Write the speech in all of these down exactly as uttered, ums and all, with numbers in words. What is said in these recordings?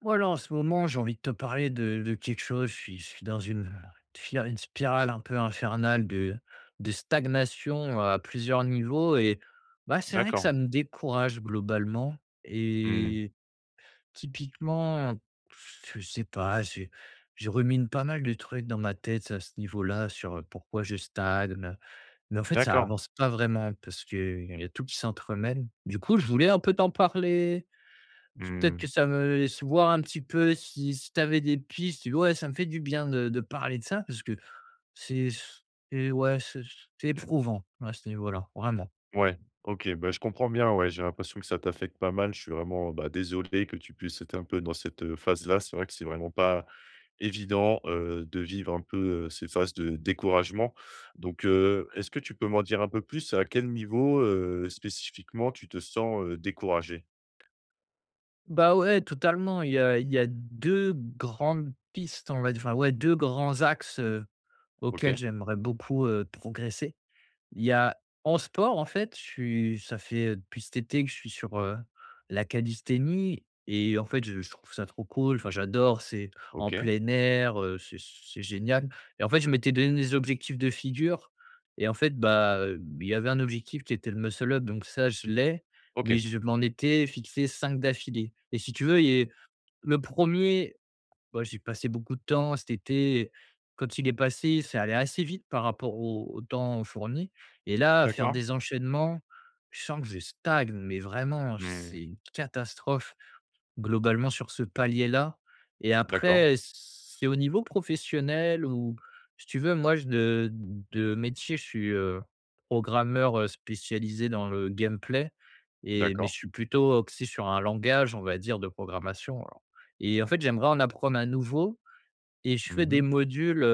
Voilà, en ce moment, j'ai envie de te parler de, de quelque chose. Je suis, je suis dans une, fia- une spirale un peu infernale de, de stagnation à plusieurs niveaux. Et bah, c'est vrai que ça D'accord. me décourage globalement. Mmh. Et typiquement, je sais pas, j'ai- je rumine pas mal de trucs dans ma tête à ce niveau-là sur pourquoi je stagne. Mais en fait, ça D'accord. avance pas vraiment parce qu'il y a tout qui s'entremêle. Du coup, je voulais un peu t'en parler. Peut-être que Mmh. ça me laisse voir un petit peu si si tu avais des pistes. Ouais, ça me fait du bien de de parler de ça parce que c'est c'est ouais, c'est c'est éprouvant à ce niveau-là, vraiment. Ouais. OK, bah, je comprends bien, ouais, j'ai l'impression que ça t'affecte pas mal. Je suis vraiment, bah, désolé que tu puisses être un peu dans cette, heu, phase-là. C'est vrai que c'est vraiment pas évident, heu, de vivre un peu, heu, ces phases de découragement. Donc, heu, est-ce que tu peux m'en dire un peu plus? À quel niveau, heu, spécifiquement tu te sens, heu, découragé? Bah, ouais, totalement. Il y a il y a deux grandes pistes, on va dire, enfin, ouais, deux grands axes, heu, auxquels OK, j'aimerais beaucoup, heu, progresser. Il y a en sport, en fait, je suis ça fait, heu, depuis cet été que je suis sur, heu, la calisthénie et en fait, je je trouve ça trop cool. Enfin, j'adore, c'est en OK, plein air, heu, c'est c'est génial et en fait, je m'étais donné des objectifs de figure et en fait, bah, heu, il y avait un objectif qui était le muscle up, donc ça, je l'ai, mais OK. je m'en étais fixé cinq d'affilée et si tu veux, il est le premier. Bah, j'ai passé beaucoup de temps cet été. Quand il est passé, ça allait assez vite par rapport au au temps fourni et là, faire D'accord. des enchaînements, je sens que je stagne mais vraiment, c'est Mmh. une catastrophe. Globalement sur ce palier-là, et D'accord, après c'est au niveau professionnel, ou si tu veux, moi je de de métier, je suis, heu, programmeur, heu, spécialisé dans le gameplay. Et mais d'accord. je suis plutôt axé sur un langage, on va dire, de programmation. Alors et en fait, j'aimerais en apprendre un nouveau et je fais des Mmh. modules,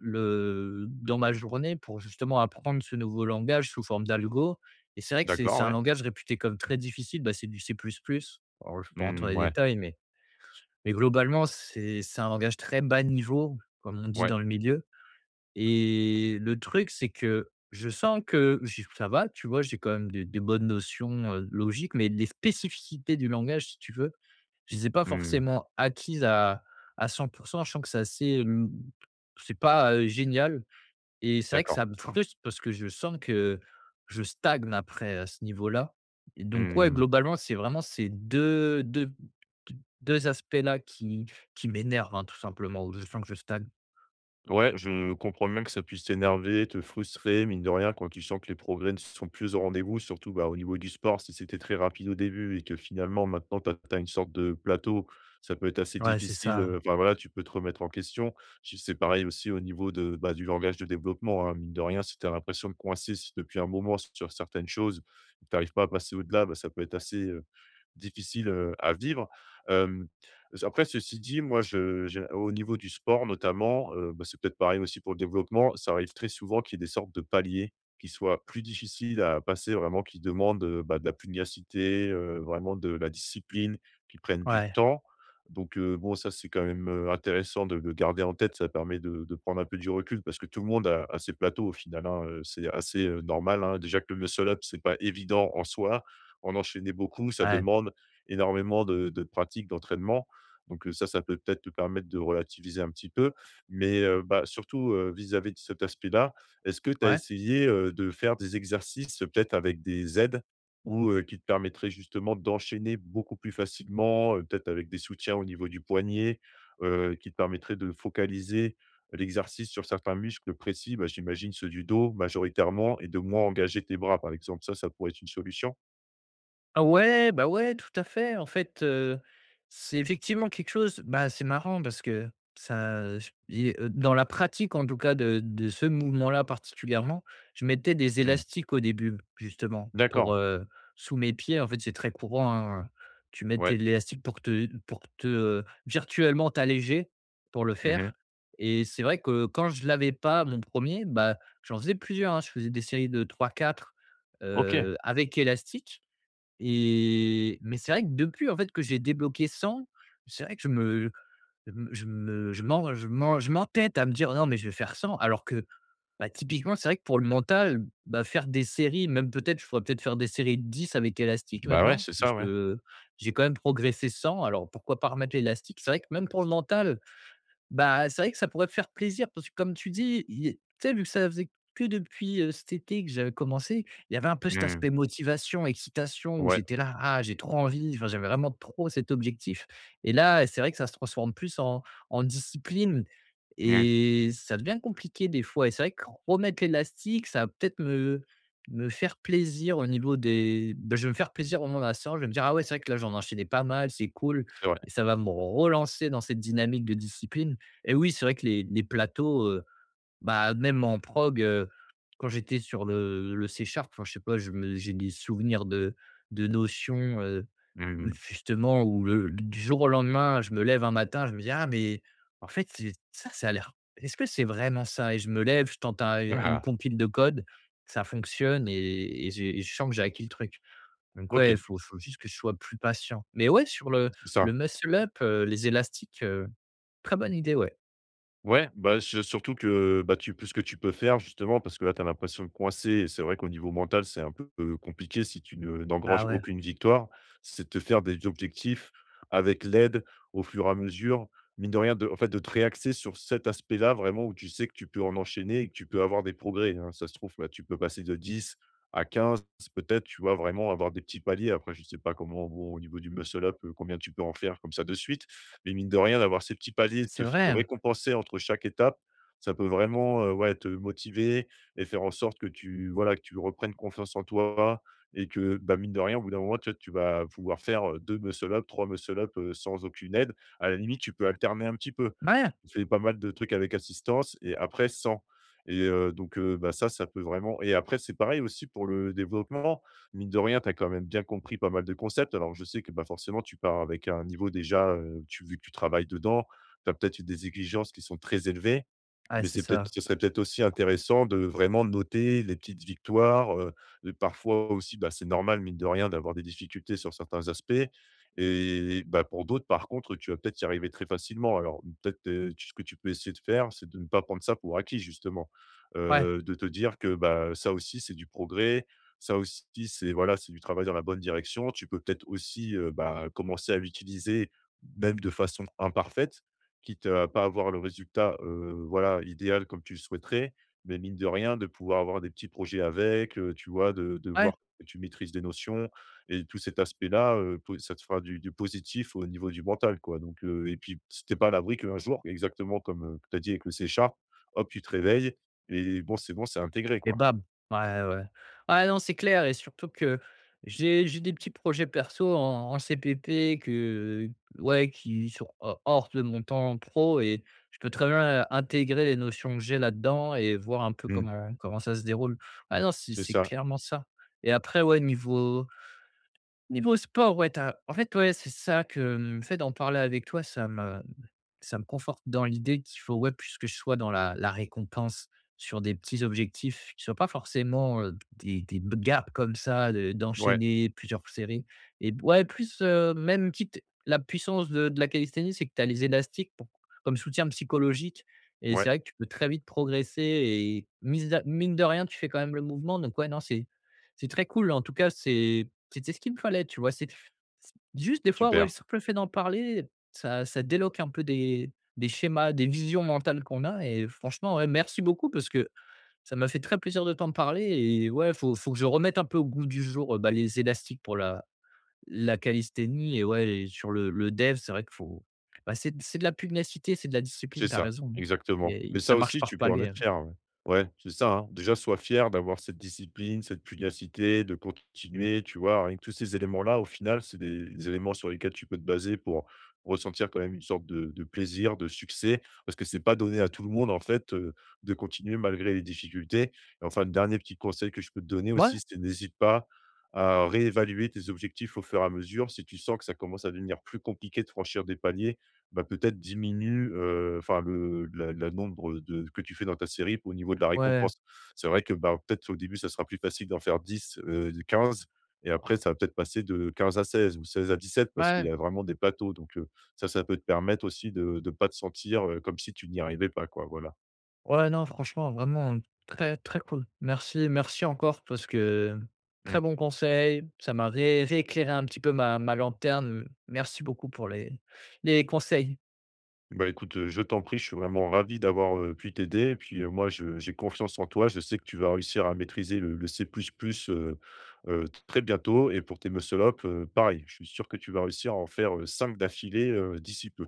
le dans ma journée pour justement apprendre ce nouveau langage sous forme d'algo. Et c'est vrai que c'est D'accord, c'est un ouais. langage réputé comme très difficile, bah, c'est du C++. Alors je ne peux pas rentrer dans Mmh, les ouais, détails, mais mais globalement, c'est c'est un langage très bas niveau, comme on dit ouais. dans le milieu. Et le truc, c'est que je sens que j ça va, tu vois? J'ai quand même des des bonnes notions, heu, logiques, mais les spécificités du langage, si tu veux, je ne les ai pas Mmh. forcément acquises à à cent. Je sens que c'est assez, hem, c'est pas, heu, génial. Et c'est vrai que D'accord. ça me frustre parce que je sens que je stagne après à ce niveau-là. Et donc ouais, Mmh. globalement, c'est vraiment ces deux deux deux aspects-là qui qui m'énervent, hein, tout simplement, où je sens que je stagne. Ouais, je comprends bien que ça puisse t'énerver, te frustrer, mine de rien, quand tu sens que les progrès ne sont plus au rendez-vous, surtout bah, au niveau du sport, si c'était très rapide au début et que finalement maintenant tu as une sorte de plateau, ça peut être assez Ouais, c'est difficile. ça. euh, Enfin voilà, tu peux te remettre en question. Puis c'est pareil aussi au niveau de, bah, du langage de développement. Hein, mine de rien, si tu as l'impression de coincer s- depuis un moment sur certaines choses, tu n'arrives pas à passer au-delà, bah, ça peut être assez difficile, à vivre. Hem, après ceci dit, moi je j'ai au niveau du sport notamment, heu, bah, c'est peut-être pareil aussi pour le développement, ça arrive très souvent qu'il y ait des sortes de paliers qui soient plus difficiles à passer vraiment, qui demandent, heu, bah, de la pugnacité, heu, vraiment de la discipline, qui prennent du Ouais, temps. Donc heu, bon, ça c'est quand même, heu, intéressant de le garder en tête, ça permet de de prendre un peu du recul parce que tout le monde a a ses plateaux au final, hein, heu, c'est assez, heu, normal, hein. Déjà que le muscle up, c'est pas évident en soi, en enchaîner beaucoup, ça ouais, demande énormément de de pratique, d'entraînement. Donc, heu, ça, ça peut peut-être te permettre de relativiser un petit peu. Mais, heu, bah, surtout, heu, vis-à-vis de cet aspect-là, est-ce que tu as ouais. essayé, heu, de faire des exercices, heu, peut-être avec des aides ou, heu, qui te permettraient justement d'enchaîner beaucoup plus facilement, heu, peut-être avec des soutiens au niveau du poignet, heu, qui te permettraient de focaliser l'exercice sur certains muscles précis? Bah, j'imagine ceux du dos majoritairement et de moins engager tes bras, par exemple. Ça, ça pourrait être une solution? Ah ouais, bah ouais, tout à fait. En fait, heu, c'est effectivement quelque chose. Bah, c'est marrant parce que ça j et heu, dans la pratique en tout cas de de ce mouvement-là particulièrement, je mettais des élastiques au début justement pour, D'accord, heu, sous mes pieds. En fait, c'est très courant, hein, tu mets tes ouais. élastiques pour te pour te, heu, virtuellement t'alléger pour le Mmh. faire. Et c'est vrai que quand je l'avais pas mon premier, bah, j'en faisais plusieurs, hein. Je faisais des séries de trois quatre, OK. heu, avec élastique. Et mais c'est vrai que depuis, en fait, que j'ai débloqué cent, c'est vrai que je me je me je me je m'en je m'en je m'entête à me dire: «Non, mais je vais faire cent», alors que, bah, typiquement, c'est vrai que pour le mental, bah, faire des séries, même peut-être, je pourrais peut-être faire des séries de dix avec élastique Bah, ouais, maintenant, c'est parce ça, ouais. que j'ai quand même progressé cent, alors pourquoi pas remettre l'élastique? C'est vrai que même pour le mental, bah, c'est vrai que ça pourrait faire plaisir parce que comme tu dis, il y a- tu sais, vu que ça faisait que depuis, heu, cet été que j'avais commencé, il y avait un peu cet Mmh. aspect motivation, excitation où Ouais. j'étais là: «Ah, j'ai trop envie», enfin, j'avais vraiment trop cet objectif. Et là, c'est vrai que ça se transforme plus en en discipline Mmh. et ça devient compliqué des fois. Et c'est vrai que remettre l'élastique, ça va peut-être me me faire plaisir au niveau des, bah, je vais me faire plaisir au moment de la séance. Je vais me dire: «Ah ouais, c'est vrai que là, j'en enchaînais pas mal, c'est cool», C'est vrai. et ça va me relancer dans cette dynamique de discipline. Et oui, c'est vrai que les les plateaux, heu, bah, même en prog, heu, quand j'étais sur le le C Sharp, enfin, je sais pas, je me j'ai des souvenirs de de notions, heu, Mmh. justement où le du jour au lendemain, je me lève un matin, je me dis: «Ah mais en fait, c'est ça, ça a l'air, est-ce que c'est vraiment ça?» Et je me lève, je tente un une Ah! compile de code, ça fonctionne et et j'ai et je sens que j'ai acquis le truc. Donc ouais, il OK, faut faut juste que je sois plus patient. Mais ouais, sur le c'est le ça. muscle up, heu, les élastiques, heu, très bonne idée, ouais. Ouais, bah, c'est surtout que, bah, tu peux ce que tu peux faire justement parce que là, tu as l'impression de coincer et c'est vrai qu'au niveau mental, c'est un peu, heu, compliqué si tu ne Bah, n'engranges ouais. aucune victoire. C'est de te faire des objectifs avec l'aide au fur et à mesure, mine de rien, de en fait, de te réaxer sur cet aspect-là vraiment où tu sais que tu peux en enchaîner et que tu peux avoir des progrès, hein. Ça se trouve, là tu peux passer de dix à quinze peut-être, tu vois? Vraiment avoir des petits paliers. Après, je sais pas comment, bon, au niveau du muscle up, heu, combien tu peux en faire comme ça de suite, mais mine de rien, d'avoir ces petits paliers, C'est te te vrai, récompenser entre chaque étape, ça peut vraiment, heu, ouais, te motiver et faire en sorte que tu voilà, que tu reprennes confiance en toi et que, bah, mine de rien, au bout d'un moment, tu vois, tu vas pouvoir faire, heu, deux muscle up, trois muscle up, heu, sans aucune aide. À la limite, tu peux alterner un petit peu. ouais, On fait pas mal de trucs avec assistance et après sans et heu, donc heu, bah, ça, ça peut vraiment et après, c'est pareil aussi pour le développement, mine de rien, tu as quand même bien compris pas mal de concepts. Alors, je sais que bah, forcément, tu pars avec un niveau déjà, euh, tu, vu que tu travailles dedans, tu as peut-être des exigences qui sont très élevées. ouais, Mais c'est c'est peut-être, ça. ce serait peut-être aussi intéressant de vraiment noter les petites victoires, heu, de parfois aussi, bah, c'est normal mine de rien d'avoir des difficultés sur certains aspects et bah, pour d'autres par contre, tu vas peut-être y arriver très facilement. Alors peut-être, heu, tu, ce que tu peux essayer de faire, c'est de ne pas prendre ça pour acquis justement. Ouais, Heu, de te dire que, bah, ça aussi c'est du progrès, ça aussi c'est voilà, c'est du travail dans la bonne direction. Tu peux peut-être aussi, heu, bah, commencer à l'utiliser même de façon imparfaite, quitte à pas avoir le résultat, heu, voilà, idéal comme tu le souhaiterais, mais mine de rien, de pouvoir avoir des petits projets avec, heu, tu vois? De de ouais voir que tu maîtrises des notions et tout cet aspect-là, heu, po ça te fera du du positif au niveau du mental, quoi, donc heu et puis, c'était pas à l'abri qu'un jour, exactement comme, tu as dit avec le C Sharp, hop, tu te réveilles et bon, c'est bon, c'est intégré, et quoi. bam. Ouais, ouais. Ouais, non, c'est clair, et surtout que j'ai j'ai des petits projets perso en en C plus plus que ouais, qui sont ho hors de mon temps pro, et je peux très bien, heu, intégrer les notions que j'ai là-dedans et voir un peu Mmh. comment comment ça se déroule. Ah non, c'est C'est c'est ça. clairement ça. Et après, ouais, niveau Niveau sport, ouais, t'as en fait, ouais, c'est ça que, mmh, le fait d'en parler avec toi, ça me ça me conforte dans l'idée qu'il faut, ouais, plus que je sois dans la la récompense sur des petits objectifs qui ne soient pas forcément, heu, des des b gaps comme ça de Ouais, d'enchaîner plusieurs séries. Et ouais, plus, heu, même quitte la puissance de de la calisthénie, c'est que tu as les élastiques pour, comme soutien psychologique, et ouais, c'est vrai que tu peux très vite progresser et mise mine de rien, tu fais quand même le mouvement. Donc ouais, non, c'est c'est très cool. En tout cas, c'est c'était ce qu'il me fallait, tu vois? C'est c juste des fois, ouais, le super. simple fait d'en parler, ça ça déloque un peu des des schémas, des visions mentales qu'on a. Et franchement, ouais, merci beaucoup parce que ça m'a fait très plaisir de t'en parler. Et ouais, faut faut que je remette un peu au goût du jour, heu, bah, les élastiques pour la la calisthénie. Et ouais, et sur le le dev, c'est vrai qu'il faut, bah, c'est c'est de la pugnacité, c'est de la discipline, C'est t'as ça, raison, hein, exactement. et Mais ça ça marche aussi, par tu peux en palier, être hein. fier, ouais. Ouais, c'est ça, hein. Déjà, sois fier d'avoir cette discipline, cette pugnacité, de continuer, tu vois? Rien que tous ces éléments-là, au final, c'est des des éléments sur lesquels tu peux te baser pour ressentir quand même une sorte de de plaisir, de succès, parce que c'est pas donné à tout le monde, en fait, heu, de continuer malgré les difficultés. Et enfin, le dernier petit conseil que je peux te donner Ouais, aussi, c'est n'hésite pas à réévaluer tes objectifs au fur et à mesure. Si tu sens que ça commence à devenir plus compliqué de franchir des paliers, bah, peut-être diminue, heu, enfin le la la nombre de que tu fais dans ta série au niveau de la ouais, récompense. C'est vrai que, bah, peut-être au début, ça sera plus facile d'en faire dix, heu, de quinze et après ça va peut-être passer de quinze à seize ou seize à dix sept parce qu'il y ouais. a vraiment des plateaux donc heu, ça, ça peut te permettre aussi de de pas te sentir, heu, comme si tu n'y arrivais pas quoi, voilà. Ouais, non, franchement, vraiment très, très cool. Merci, merci encore parce que très bon conseil. Ça m'a ré- rééclairé un petit peu ma, ma lanterne. Merci beaucoup pour les, les conseils. Bah, écoute, heu, je t'en prie, je suis vraiment ravi d'avoir, heu, pu t'aider et puis, heu, moi je j'ai confiance en toi. Je sais que tu vas réussir à maîtriser le le C++, heu heu, très bientôt et pour tes muscle up, heu, pareil, je suis sûr que tu vas réussir à en faire, cinq d'affilée, heu, d'ici peu.